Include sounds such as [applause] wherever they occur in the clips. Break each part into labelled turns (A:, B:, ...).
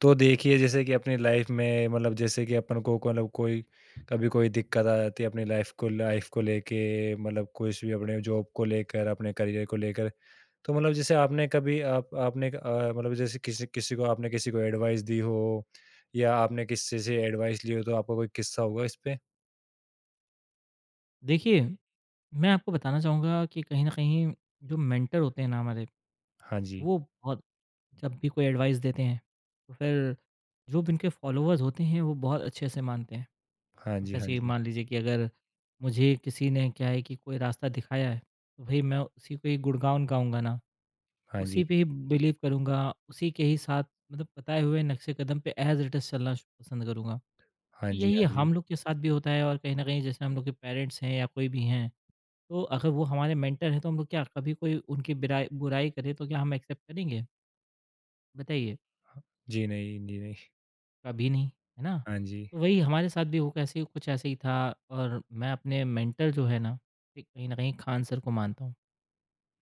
A: तो देखिए, जैसे कि अपनी लाइफ में मतलब जैसे कि अपन मतलब कोई कभी कोई दिक्कत आ जाती है अपनी लाइफ को लेके, मतलब कुछ भी, अपने जॉब को लेकर, अपने करियर को लेकर। तो मतलब जैसे आपने कभी आप आपने मतलब जैसे किसी किसी को आपने किसी को एडवाइस दी हो या आपने किसी से एडवाइस ली हो, तो आपका कोई किस्सा होगा इस पे।
B: देखिए, मैं आपको बताना चाहूँगा कि कहीं न कहीं जो मेंटर होते हैं ना हमारे,
A: हाँ जी।
B: वो बहुत जब भी कोई एडवाइस देते हैं, तो फिर जो भी उनके फॉलोवर्स होते हैं, वो बहुत अच्छे से मानते हैं।
A: हाँ जी। हाँ
B: जैसे
A: जी।
B: मान लीजिए कि अगर मुझे किसी ने क्या है कि कोई रास्ता दिखाया है, तो भई मैं उसी पे ही गुणगान गाऊँगा ना,
A: हाँ
B: उसी
A: जी।
B: पे ही बिलीव करूँगा, उसी के ही साथ मतलब बताए हुए नक्शे कदम पे एज़ इट इज़ चलना श पसंद करूँगा।
A: हाँ
B: तो
A: जी।
B: यही
A: हाँ जी।
B: हम लोग के साथ भी होता है और कहीं न कहीं जैसे हम लोग के पेरेंट्स हैं या कोई भी हैं, तो अगर वो हमारे मेंटर हैं तो हम लोग क्या कभी कोई उनकी बिराई बुराई करे तो क्या हम एक्सेप्ट करेंगे? बताइए,
A: जी नहीं, जी नहीं।
B: कभी नहीं, है ना?
A: हाँ जी।
B: तो वही हमारे साथ भी वो कैसे कुछ ऐसे ही था और मैं अपने मेंटर जो है ना, एक कहीं न कहीं खान सर को मानता हूँ।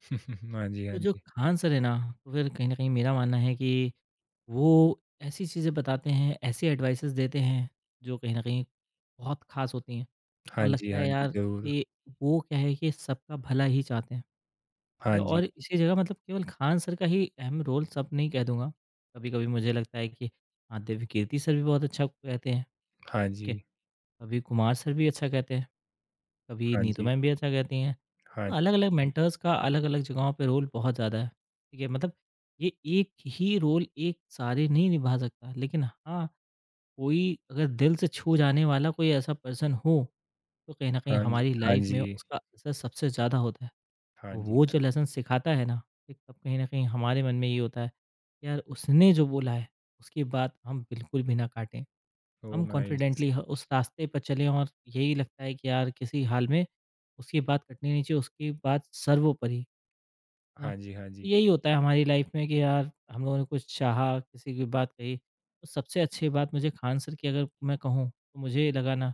A: [laughs] हाँ जी।
B: तो
A: हाँ
B: जो
A: जी।
B: खान सर है ना, तो फिर कहीं न कहीं मेरा मानना है कि वो ऐसी चीज़ें बताते हैं, ऐसी एडवाइसेज़ देते हैं, जो कहीं न कहीं बहुत ख़ास होती हैं और
A: हाँ जी।
B: लगता
A: हाँ
B: है
A: जी,
B: यार
A: जरूर।
B: कि वो क्या है कि सबका भला ही चाहते हैं। ठीक
A: हाँ
B: है,
A: जी।
B: और इसी जगह मतलब केवल खान सर का ही अहम रोल सब नहीं कह दूँगा। कभी-कभी मुझे लगता है कि हाँ, देवकीर्ति सर भी बहुत अच्छा कहते हैं,
A: हाँ
B: ठीक
A: जी।
B: है। कभी कुमार सर भी अच्छा कहते हैं, कभी
A: हाँ
B: नीतू
A: जी।
B: मैम भी अच्छा कहती हैं। तो
A: Hanjie,
B: अलग-अलग मेंटर्स का अलग-अलग जगहों पे रोल बहुत ज़्यादा है, ठीक है। मतलब ये एक ही रोल एक सारे नहीं निभा सकता, लेकिन हाँ, कोई अगर दिल से छू जाने वाला कोई ऐसा पर्सन हो, तो कहीं न कहीं हमारी लाइफ़ में
A: Hanjie,
B: उसका असर सबसे ज़्यादा होता है।
A: Hanjie.
B: वो जो लेसन सिखाता है ना, एक तब कहीं न कहीं हमारे मन में ये होता है, यार उसने जो बोला है, उसकी बात हम बिल्कुल भी ना काटें।
A: Oh,
B: हम
A: nice.
B: कॉन्फिडेंटली ह उस रास्ते पर चलें और यही लगता है कि यार किसी हाल में उसकी बात कटनी नहीं चाहिए, उसकी बात सर्वोपरि। ना?
A: Hanjie, Hanjie,
B: यही होता है हमारी लाइफ में कि यार हम लोगों ने कुछ चाहा, किसी की बात कही, तो सबसे अच्छी बात मुझे खान सर की अगर मैं कहूँ तो मुझे लगा ना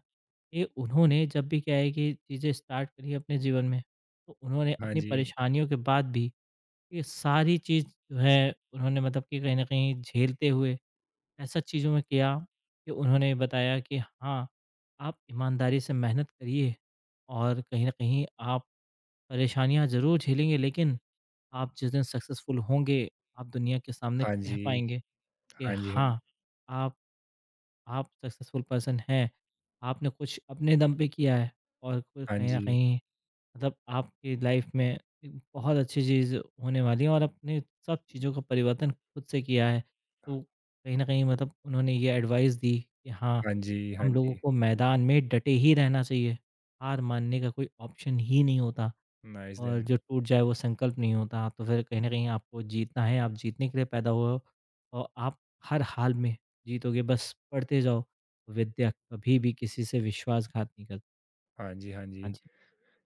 B: कि उन्होंने जब भी क्या है कि चीज़ें स्टार्ट करी अपने जीवन में, तो उन्होंने अपनी
A: Hanjie,
B: परेशानियों के बाद भी ये सारी चीज़ जो है उन्होंने मतलब कि कहीं न कहीं झेलते हुए ऐसा चीज़ों में किया कि उन्होंने बताया कि हाँ, आप ईमानदारी से मेहनत करिए और कहीं न कहीं आप परेशानियाँ ज़रूर झेलेंगे, लेकिन आप जिस दिन सक्सेसफुल होंगे, आप दुनिया के सामने कह पाएँगे कि
A: Hanjie,
B: हाँ, आप आप सक्सेसफुल पर्सन हैं। आपने कुछ अपने दम पे किया है और कोई कहीं न
A: Hanjie,
B: कहीं मतलब आपकी लाइफ में एक बहुत अच्छी चीज़ होने वाली है और आपने सब चीज़ों का परिवर्तन खुद से किया है। तो कहीं न कहीं मतलब उन्होंने ये एडवाइस दी कि हाँ,
A: Hanjie,
B: हम लोगों
A: Hanjie.
B: को मैदान में डटे ही रहना चाहिए। हार मानने का कोई ऑप्शन ही नहीं होता।
A: Nice
B: और
A: them.
B: जो टूट जाए वो संकल्प नहीं होता। तो फिर कहीं न कहीं आपको जीतना है, आप जीतने के लिए पैदा हुए हो और आप हर हाल में जीतोगे, बस पढ़ते जाओ। विद्या कभी भी किसी से विश्वासघात नहीं करती।
A: Hanjie,
B: हाँ
A: Hanjie.
B: जी।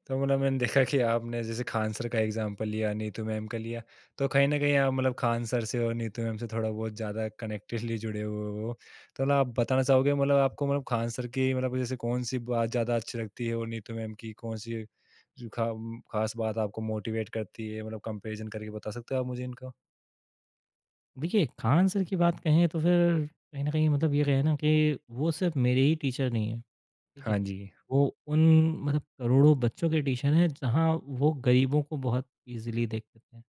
A: तो मतलब मैंने देखा कि आपने जैसे खान सर का एग्जांपल लिया, नीतू मैम का लिया, तो कहीं न कहीं आप मतलब खान सर से और नीतू मैम से थोड़ा बहुत ज़्यादा कनेक्टेडली जुड़े हुए हो। तो मतलब आप बताना चाहोगे, मतलब आपको मतलब खान सर की मतलब जैसे कौन-सी बात ज़्यादा अच्छी लगती है और नीतू मैम की कौन-सी जो खा ख़ास बात आपको मोटिवेट करती है? मतलब कंपैरिज़न करके बता सकते हो आप मुझे इनका?
B: देखिए, खान सर की बात कहें तो फिर कहीं न कहीं मतलब ये कहें ना कि वो सिर्फ़ मेरे ही टीचर नहीं हैं, ठीक है?
A: हाँ जी।
B: वो उन मतलब करोड़ों बच्चों के टीचर हैं, जहाँ वो गरीबों को बहुत ईज़िली देख लेते हैं।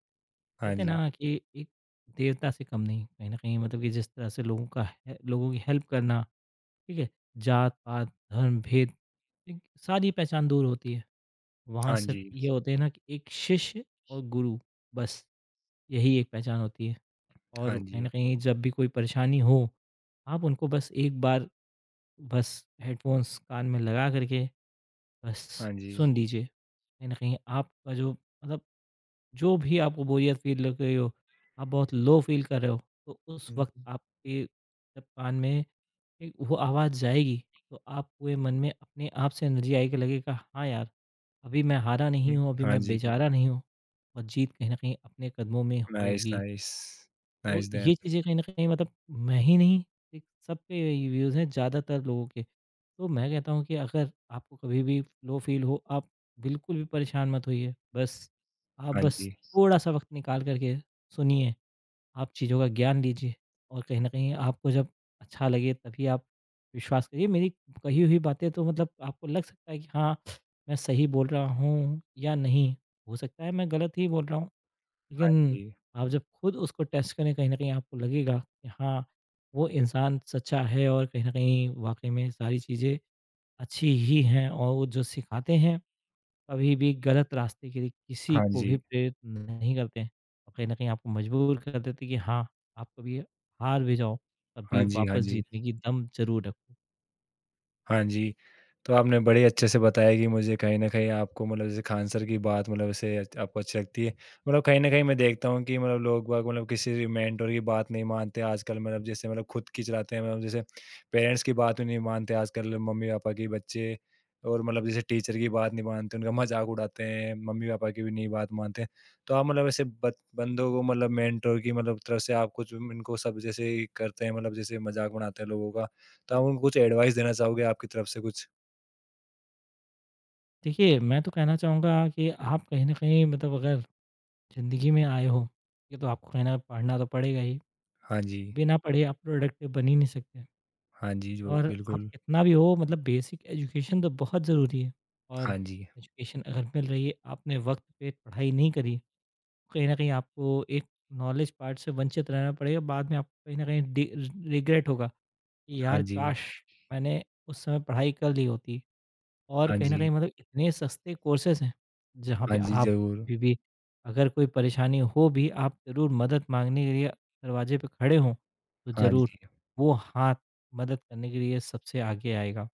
A: हाँ
B: कहते हैं
A: जी।
B: ना कि एक देवता से कम नहीं, कहीं न कहीं मतलब कि जिस तरह से लोगों का है लोगों की हेल्प करना, ठीक है? जात-पात, धर्म, भेद एक सारी पहचान दूर होती है। वहाँ
A: हाँ
B: सिर्फ़
A: जी।
B: ये होते हैं ना कि एक शिष्य और गुरु, बस यही एक पहचान होती है।
A: हाँ
B: और कहीं न
A: जी।
B: कहीं जब भी कोई परेशानी हो, आप उनको बस एक बार, बस हेडफ़ोन्स कान में लगा कर के बस
A: हाँ जी।
B: सुन लीजिए। कहीं न कहीं आपका जो मतलब जो भी आपको बोरियत फ़ील लग रही हो, आप बहुत लो फ़ील कर रहे हो, तो उस
A: हुँ,
B: वक़्त आपके जब कान में एक वो आवाज़ जाएगी, तो आप पूरे मन में अपने आप से एनर्जी आएगी, लगेगा हाँ यार, अभी मैं हारा नहीं
A: हुँ।
B: हूँ, अभी
A: हाँ
B: मैं
A: जी।
B: बेचारा नहीं हूँ और जीत कहीं ना कहीं अपने कदमों में
A: नाइस,
B: होगी।
A: नाइस।
B: तो
A: नाइस देन।
B: ये चीज़ें कहीं ना कहीं मतलब मैं ही नहीं, एक सब पे व्यूज़ हैं ज़्यादातर लोगों के। तो मैं कहता हूँ कि अगर आपको कभी भी लो फील हो, आप बिल्कुल भी परेशान मत होइए, बस आप
A: हाँ
B: बस
A: जी।
B: थोड़ा सा वक्त निकाल करके सुनिए, आप चीज़ों का ज्ञान लीजिए और कहीं न कहीं आपको जब अच्छा लगे तभी आप विश्वास करिए मेरी कही हुई बातें, तो मतलब आपको लग सकता है कि हाँ, मैं सही बोल रहा हूँ या नहीं। हो सकता है मैं गलत ही बोल रहा हूँ,
A: हाँ
B: लेकिन
A: जी।
B: आप जब खुद उसको टेस्ट करें, कहीं न कहीं आपको लगेगा कि हाँ, वो इंसान सच्चा है और कहीं न कहीं वाक़ई में सारी चीज़ें अच्छी ही हैं और वो जो सिखाते हैं, कभी भी गलत रास्ते के लिए किसी
A: हाँ
B: को भी
A: जी।
B: प्रेरित नहीं करते हैं और कहीं न कहीं आपको मजबूर कर देते हैं कि हाँ, आप कभी हार भी जाओ, तब भी
A: हाँ जी, हाँ
B: वापस
A: जी।
B: जीतने की दम ज़रूर रखो।
A: हाँ जी। तो आपने बड़े अच्छे से बताया कि मुझे कहीं न कहीं आपको मतलब जैसे खान-सर की बात मतलब ऐसे आपको अच्छी लगती है। मतलब कहीं न कहीं मैं देखता हूँ कि मतलब लोग-बाग मतलब किसी भी मेंटर की बात नहीं मानते आजकल, मतलब जैसे मतलब खुद की चलाते हैं, मतलब जैसे पेरेंट्स की बात भी नहीं मानते आजकल, मम्मी-पापा की बच्चे। और मतलब जैसे टीचर की बात नहीं मानते, उनका मज़ाक उड़ाते हैं, मम्मी-पापा की भी नहीं बात मानते। तो आप मतलब ऐसे बत बंदों को मतलब मेंटर की मतलब तरफ से आप कुछ इनको सब जैसे करते हैं, मतलब जैसे मज़ाक बनाते हैं लोगों का। तो आप उनको कुछ एडवाइस देना चाहोगे आपकी तरफ से कुछ?
B: देखिए, मैं तो कहना चाहूँगा कि आप कहीं न कहीं मतलब अगर ज़िंदगी में आए हो, ये तो आपको कहीं न कहीं पढ़ना तो पड़ेगा ही,
A: हाँ जी।
B: बिना पढ़े आप प्रोडक्टिव बन ही नहीं सकते
A: हाँ जी, ज़रूर,
B: और आप
A: बिल्कुल।
B: कितना भी हो मतलब बेसिक एजुकेशन तो बहुत ज़रूरी है और
A: हाँ जी।
B: एजुकेशन अगर मिल रही है, आपने वक़्त पे पढ़ाई नहीं करी, कहीं न कहीं आपको एक नॉलेज पार्ट से वंचित रहना पड़ेगा, बाद में आपको कहीं न कहीं डि रिग्रेट होगा कि
A: हाँ
B: यार
A: जी।
B: काश! मैंने उस समय पढ़ाई कर ली होती। और
A: हाँ
B: कहीं न
A: जी।
B: कहीं मतलब इतने सस्ते कोर्सेज़ हैं, जहाँ पे
A: हाँ जी,
B: आप
A: ज़रूर।
B: अभी भी अगर कोई परेशानी हो भी, आप ज़रूर मदद माँगने के लिए दरवाजे पे खड़े हों, तो
A: हाँ
B: ज़रूर
A: जी।
B: वो हाथ मदद करने के लिए सबसे आगे आएगा।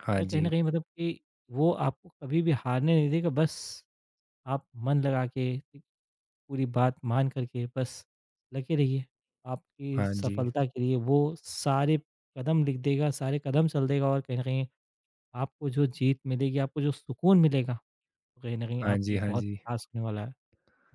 A: हाँ
B: और कहीं न
A: जी।
B: कहीं मतलब कि वो आपको कभी भी हारने नहीं देगा, बस आप मन लगा के पूरी बात मान कर के बस लगे रहिए। आपकी
A: हाँ जी।
B: सफलता के लिए वो सारे कदम लिख देगा, सारे कदम चल देगा और कहीं न कहीं आपको जो जीत मिलेगी, आपको जो सुकून मिलेगा, वो कहीं न कहीं
A: हाँ
B: आपके
A: जी।
B: लिए
A: हाँ
B: बहुत
A: जी।
B: ख़ास होने वाला है।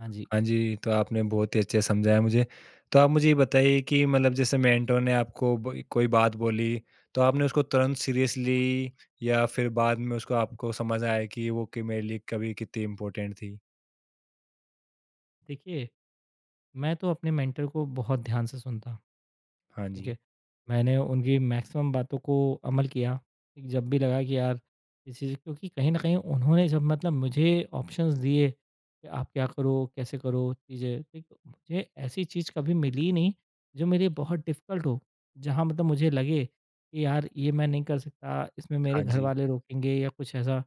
B: हाँ जी।
A: हाँ जी, तो आपने बहुत ही अच्छे से समझाया मुझे। तो आप मुझे ये बताइए कि मतलब जैसे मेंटर ने आपको ब कोई बात बोली, तो आपने उसको तुरंत सीरियसली ली या फिर बाद में उसको आपको समझ आया कि मेरे लिए कभी कितनी इम्पोर्टेंट थी?
B: देखिए, मैं तो अपने मेंटर को बहुत ध्यान से सुनता हूँ।
A: हाँ
B: ठीक
A: जी।
B: है। मैंने उनकी मैक्सिमम बातों को अमल किया, कि जब भी लगा कि यार इस चीज़ क्योंकि कहीं न कहीं उन्होंने जब मतलब मुझे ऑप्शंस दिए कि आप क्या करो, कैसे करो चीज़ें, ठीक, तो मुझे ऐसी चीज़ कभी मिली ही नहीं जो मेरे लिए बहुत डिफ़िकल्ट हो, जहाँ मतलब मुझे लगे कि यार ये मैं नहीं कर सकता, इसमें मेरे
A: हाँ जी।
B: घरवाले रोकेंगे या कुछ ऐसा।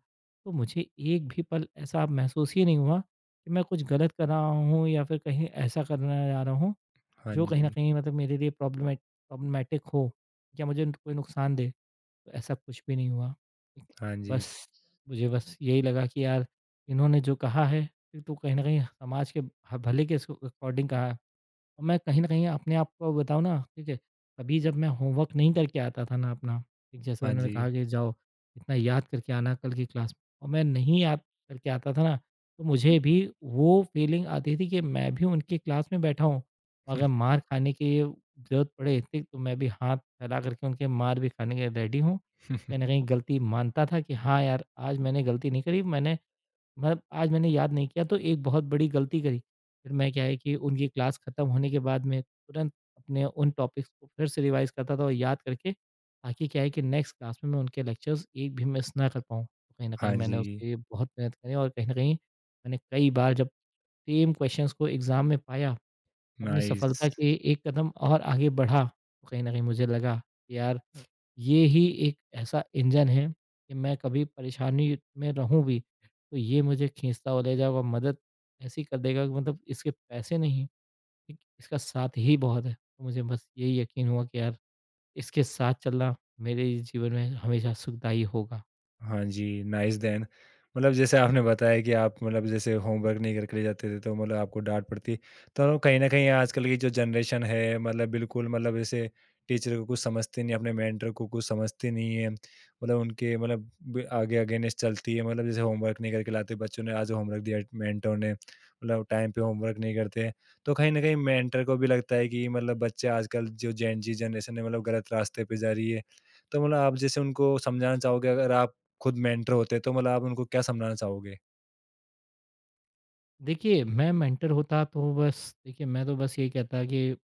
B: तो मुझे एक भी पल ऐसा महसूस ही नहीं हुआ कि मैं कुछ गलत कर रहा हूँ या फिर कहीं ऐसा करने जा रहा हूँ
A: हाँ
B: जो कहीं न
A: जी।
B: कहीं मतलब मेरे लिए प्रॉब्लमैटिक हो या मुझे कोई नुकसान दे, तो ऐसा कुछ भी नहीं हुआ। ठीक,
A: हाँ जी।
B: बस मुझे बस यही लगा कि यार इन्होंने जो कहा है, ये तो कहीं न कहीं समाज के ह भले के अस अकॉर्डिंग कहा और मैं कहीं न कहीं अपने आप को बताऊँ ना, ठीक है, कभी जब मैं होमवर्क नहीं करके आता था ना अपना, एक जैसे
A: हाँ
B: उन्होंने
A: जी।
B: कहा कि जाओ इतना याद करके आना कल की क्लास में और मैं नहीं याद करके आता था ना, तो मुझे भी वो फीलिंग आती थी कि मैं भी उनकी क्लास में बैठा हूँ। अगर मार खाने की ज़रूरत पड़े, ठीक, तो मैं भी हाथ फैला करके उनके मार भी खाने के लिए रेडी हूँ। कहीं न
A: [laughs]
B: कहीं गलती मानता था कि हाँ यार, आज मैंने गलती नहीं करी, मैंने मतलब आज मैंने याद नहीं किया तो एक बहुत बड़ी गलती करी। फिर मैं क्या है कि उनकी क्लास खत्म होने के बाद में तुरंत अपने उन टॉपिक्स को फिर से रिवाइज़ करता था और याद करके ताकि क्या है कि नेक्स्ट क्लास में मैं उनके लेक्चर्स एक भी मिस ना कर पाऊँ। तो कहीं न कहीं
A: हाँ
B: मैंने
A: जी।
B: उसके लिए बहुत मेहनत करी और कहीं न कहीं मैंने कई बार जब सेम क्वेश्चंस को एग्ज़ाम में पाया, अपनी सफलता
A: Nice.
B: के एक कदम और आगे बढ़ा, तो कहीं न कहीं मुझे लगा कि यार ये ही एक ऐसा इंजन है कि मैं कभी परेशानी में रहूँ भी, तो ये मुझे खींचता हुआ ले जाएगा, मदद ऐसी कर देगा कि मतलब इसके पैसे नहीं, ठीक, इसका साथ ही बहुत है। तो मुझे बस यही यकीन हुआ कि यार इसके साथ चलना मेरे जीवन में हमेशा सुखदायी होगा।
A: हाँ जी, नाइस देन। मतलब जैसे आपने बताया कि आप मतलब जैसे होमवर्क नहीं करके ले जाते थे, तो मतलब आपको डाँट पड़ती। तो कहीं न कहीं आजकल की जो जनरेशन है, मतलब बिल्कुल मतलब जैसे टीचर को कुछ समझती नहीं, अपने मेंटर को कुछ समझती नहीं है। मतलब उनके मतलब ब आगे अगेंस्ट चलती है, मतलब जैसे होमवर्क नहीं करके लाते, बच्चों ने आज होमवर्क दिया मेंटर ने, मतलब टाइम पे होमवर्क नहीं करते। तो कहीं न कहीं मेंटर को भी लगता है कि मतलब बच्चे आजकल जो जेन ज़ी जनरेशन है, मतलब गलत रास्ते पे जा रही है। तो मतलब आप जैसे उनको समझाना चाहोगे, अगर आप खुद मेंटर होते हैं, तो मतलब आप उनको क्या समझाना चाहोगे?
B: देखिए, मैं मेंटर होता तो बस देखिए मैं तो बस यही कहता कि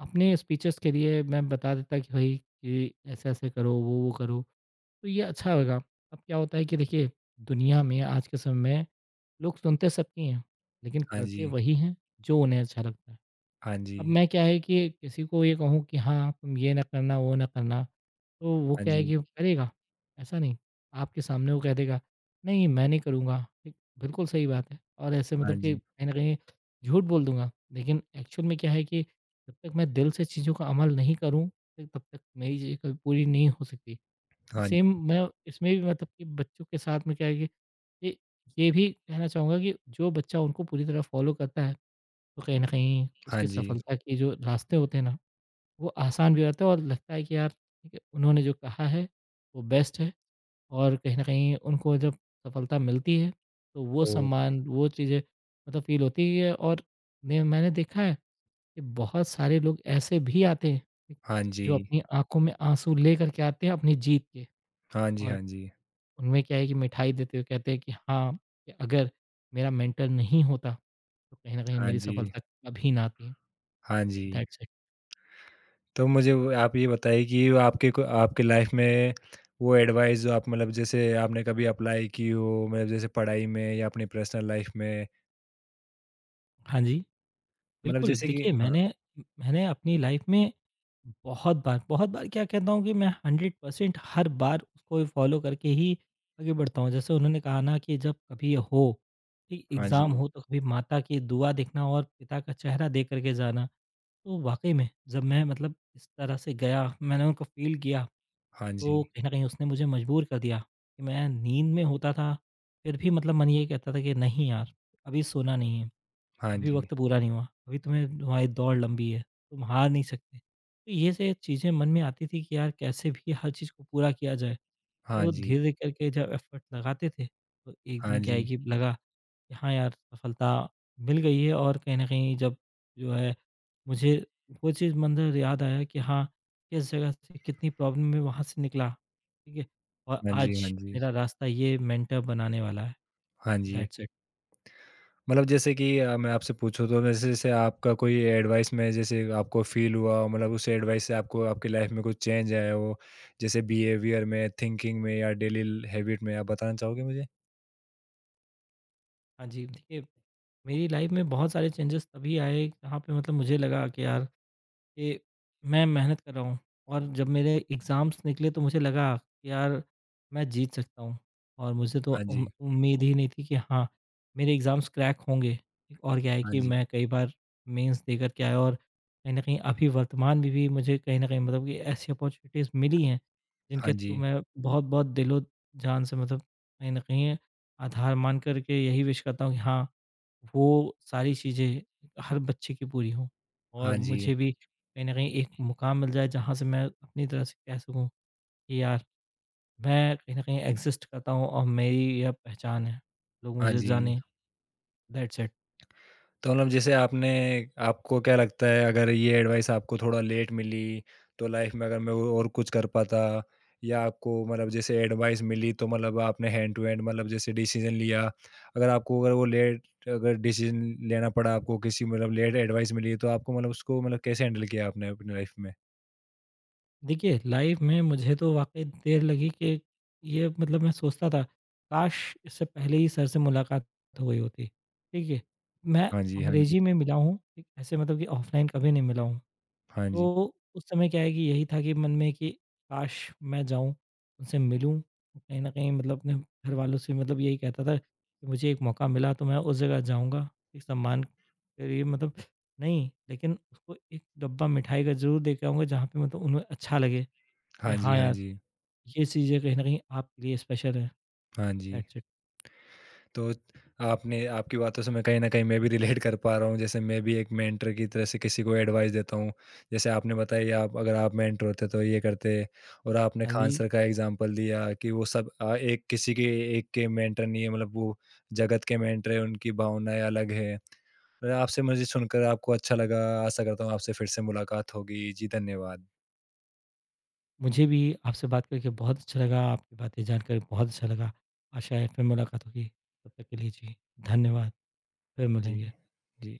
B: अपने स्पीचेज़ के लिए मैं बता देता कि भई कि ऐसे-ऐसे करो, वो-वो करो। तो ये अच्छा होगा। अब क्या होता है कि देखिए दुनिया में आज के समय में लोग सुनते सबकी हैं, लेकिन
A: हाँ
B: करते
A: जी।
B: वही हैं जो उन्हें अच्छा लगता है।
A: हाँ
B: अब
A: जी।
B: मैं क्या है कि किसी को ये कहूँ कि हाँ, तुम ये ना करना, वो ना करना, तो वो
A: हाँ
B: क्या है
A: जी।
B: कि करेगा, ऐसा नहीं। आपके सामने वो कह देगा, "नहीं, मैं नहीं करूँगा।" ठीक, बिल्कुल सही बात है और ऐसे
A: हाँ
B: मतलब कि
A: जी।
B: कहीं न कहीं झूठ बोल दूँगा, लेकिन एक्चुअल में क्या है कि जब तक मैं दिल से चीज़ों का अमल नहीं करूँ, तब तक मेरी चीज़ें कभी पूरी नहीं हो सकती।
A: हाँ।
B: सेम मैं इसमें भी मतलब कि बच्चों के साथ में क्या है कि ये ये भी कहना चाहूँगा कि जो बच्चा उनको पूरी तरह फ़ॉलो करता है, तो कहीं न कहीं
A: हाँ
B: उसकी
A: जी।
B: सफलता के जो रास्ते होते हैं ना, वो आसान भी रहता है और लगता है कि यार ठीक है, उन्होंने जो कहा है, वो बेस्ट है। और कहीं न कहीं उनको जब सफलता मिलती है, तो वो
A: ओह!
B: सम्मान, वो चीज़ें मतलब फ़ील होती ही है। और ने मैंने देखा है कि बहुत सारे लोग ऐसे भी आते हैं, ठीक,
A: हाँ जी।
B: जो अपनी आँखों में आँसू लेकर के आते हैं अपनी जीत के।
A: हाँ जी।
B: और
A: हाँ जी।
B: उनमें क्या है कि मिठाई देते हुए कहते हैं कि हाँ, कि अगर मेरा मेंटर नहीं होता, तो कहीं न कहीं
A: हाँ
B: मेरी
A: जी।
B: सफलता कभी ना आती।
A: हाँ जी।
B: That's it.
A: तो मुझे वो आप ये बताइए कि वो आपके लाइफ में वो एडवाइस जो आप मतलब जैसे आपने कभी अप्लाई की हो, मतलब जैसे पढ़ाई में या अपनी पर्सनल लाइफ में,
B: हाँ जी,
A: मतलब
B: बिल्कुल।
A: जैसे कि
B: देखिए
A: हाँ।
B: मैंने मैंने अपनी लाइफ़ में बहुत बार क्या कहता हूँ कि मैं 100% हर बार उसको फॉलो करके ही आगे बढ़ता हूँ। जैसे उन्होंने कहा ना कि जब कभी हो, कि
A: हाँ जी।
B: एग्ज़ाम हो तो कभी माता की दुआ देखना और पिता का चेहरा देख कर के जाना। तो वाक़ई में जब मैं मतलब इस तरह से गया, मैंने उनको फ़ील किया,
A: हाँ जी।
B: तो कहीं न कहीं उसने मुझे मजबूर कर दिया कि मैं नींद में होता था, फिर भी मतलब मन ये कहता था कि नहीं यार, अभी सोना नहीं है,
A: हाँ
B: अभी
A: जी।
B: वक़्त पूरा नहीं हुआ, अभी तुम्हें तुम्हारी दौड़ लंबी है, तुम हार नहीं सकते। तो ये से चीज़ें मन में आती थी कि यार कैसे भी हर चीज़ को पूरा किया जाए।
A: हाँ
B: तो
A: जी।
B: धीरे करके जब एफर्ट लगाते थे तो एक
A: हाँ
B: दिन क्या है
A: जी।
B: कि लगा कि हाँ यार सफलता मिल गई है। और कहीं न कहीं जब जो है मुझे वो चीज़ मंज़र याद आया कि हाँ, किस जगह से कितनी प्रॉब्लम में वहाँ से निकला, ठीक है? और
A: हाँ जी।
B: आज
A: हाँ जी। हाँ जी।
B: मेरा रास्ता ये मेंटर बनाने वाला है,
A: हाँ जी।
B: That's it.
A: मतलब जैसे कि मैं आपसे पूछूँ तो जैसे जैसे आपका कोई एडवाइस में जैसे आपको फ़ील हुआ, मतलब उस एडवाइस से आपको आपकी लाइफ़ में कुछ चेंज आया हो, जैसे बिहेवियर में, थिंकिंग में या डेली ल हैबिट में, आप बताना चाहोगे मुझे?
B: हाँ जी, देखिए मेरी लाइफ़ में बहुत सारे चेंजेस तभी आए जहाँ पे मतलब मुझे लगा कि यार कि मैं मेहनत कर रहा हूँ, और जब मेरे एग्ज़ाम्स निकले तो मुझे लगा कि यार मैं जीत सकता हूँ। और मुझे तो
A: हाँ जी।
B: उम्मीद ही नहीं थी कि हाँ, मेरे एग्ज़ाम्स क्रैक होंगे। और क्या है
A: हाँ
B: कि
A: जी।
B: मैं कई बार मेंस देकर के आया और कहीं न कहीं अभी वर्तमान में भी मुझे कहीं न कहीं मतलब कि ऐसी अपॉर्च्युनिटीज़ मिली हैं, जिनके
A: हाँ
B: थ्रू
A: जी।
B: मैं बहुत-बहुत दिलो-जान से मतलब कहीं न कहीं आधार मान कर के यही विश करता हूँ कि हाँ, वो सारी चीज़ें हर बच्चे की पूरी हों और
A: हाँ जी।
B: मुझे भी कहीं न कहीं एक मुकाम मिल जाए जहाँ से मैं अपनी तरफ से कह सकूँ कि यार, मैं कहीं न कहीं एग्ज़िस्ट करता हूँ और मेरी यह पहचान है। लोग
A: हाँ
B: मुझे
A: जी। हाँ
B: जानें,
A: जी।
B: That's it.
A: तो मतलब जैसे आपने आपको क्या लगता है, अगर ये एडवाइस आपको थोड़ा लेट मिली तो लाइफ में अगर मैं वो और कुछ कर पाता, या आपको मतलब जैसे एडवाइस मिली तो मतलब आपने हैंड टू हैंड मतलब जैसे डिसीजन लिया, अगर आपको अगर वो लेट अगर डिसीजन लेना पड़ा, आपको किसी मतलब लेट एडवाइस मिली तो आपको मतलब उसको मतलब कैसे हैंडल किया आपने अपनी लाइफ में?
B: देखिए लाइफ़ में मुझे तो वाक़ई देर लगी कि ये मतलब मैं सोचता था, काश इससे पहले ही सर से मुलाकात हो गई होती। ठीक है, मैं
A: हाँ जी, हाँ जी।
B: अंग्रेज़ी में मिला हूँ, एक ऐसे मतलब कि ऑफ़लाइन कभी नहीं मिला हूँ।
A: हाँ जी।
B: तो उस समय क्या है कि यही था कि मन में कि काश मैं जाऊँ, उनसे मिलूँ, कहीं न कहीं मतलब अपने घरवालों से मतलब यही कहता था कि मुझे एक मौका मिला तो मैं उस जगह जाऊँगा, एक सम्मान के लिए मतलब नहीं, लेकिन उसको एक डब्बा मिठाई का ज़रूर दे के आऊँगा, जहाँ पे मतलब उन्हें अच्छा लगे कि
A: हाँ जी,
B: हाँ
A: हाँ
B: यार,
A: जी।
B: ये चीज़ें कहीं न कहीं आपके लिए स्पेशल है।
A: हाँ जी।
B: That's it.
A: तो आपने आपकी बातों से मैं कहीं न कहीं मैं भी रिलेट कर पा रहा हूँ। जैसे मैं भी एक मेंटर की तरह से किसी को एडवाइस देता हूँ। जैसे आपने बताया कि आप अगर आप मेंटर होते तो ये करते, और आपने
B: हाँ
A: खान
B: जी,
A: सर का एग्ज़ाम्पल दिया कि वो सब एक के मेंटर नहीं है, मतलब वो जगत के मेंटर हैं, उनकी भावनाएँ अलग हैं। और आपसे मुझे सुनकर आपको अच्छा लगा। आशा करता हूँ आपसे फिर से मुलाकात होगी। जी, धन्यवाद।
B: मुझे भी आपसे बात करके बहुत अच्छा लगा, आपकी बातें जानकर बहुत अच्छा लगा। आशा है फिर मुलाकात होगी, तब तक के लिए जी, धन्यवाद, फिर
A: जी,
B: मिलेंगे।
A: जी।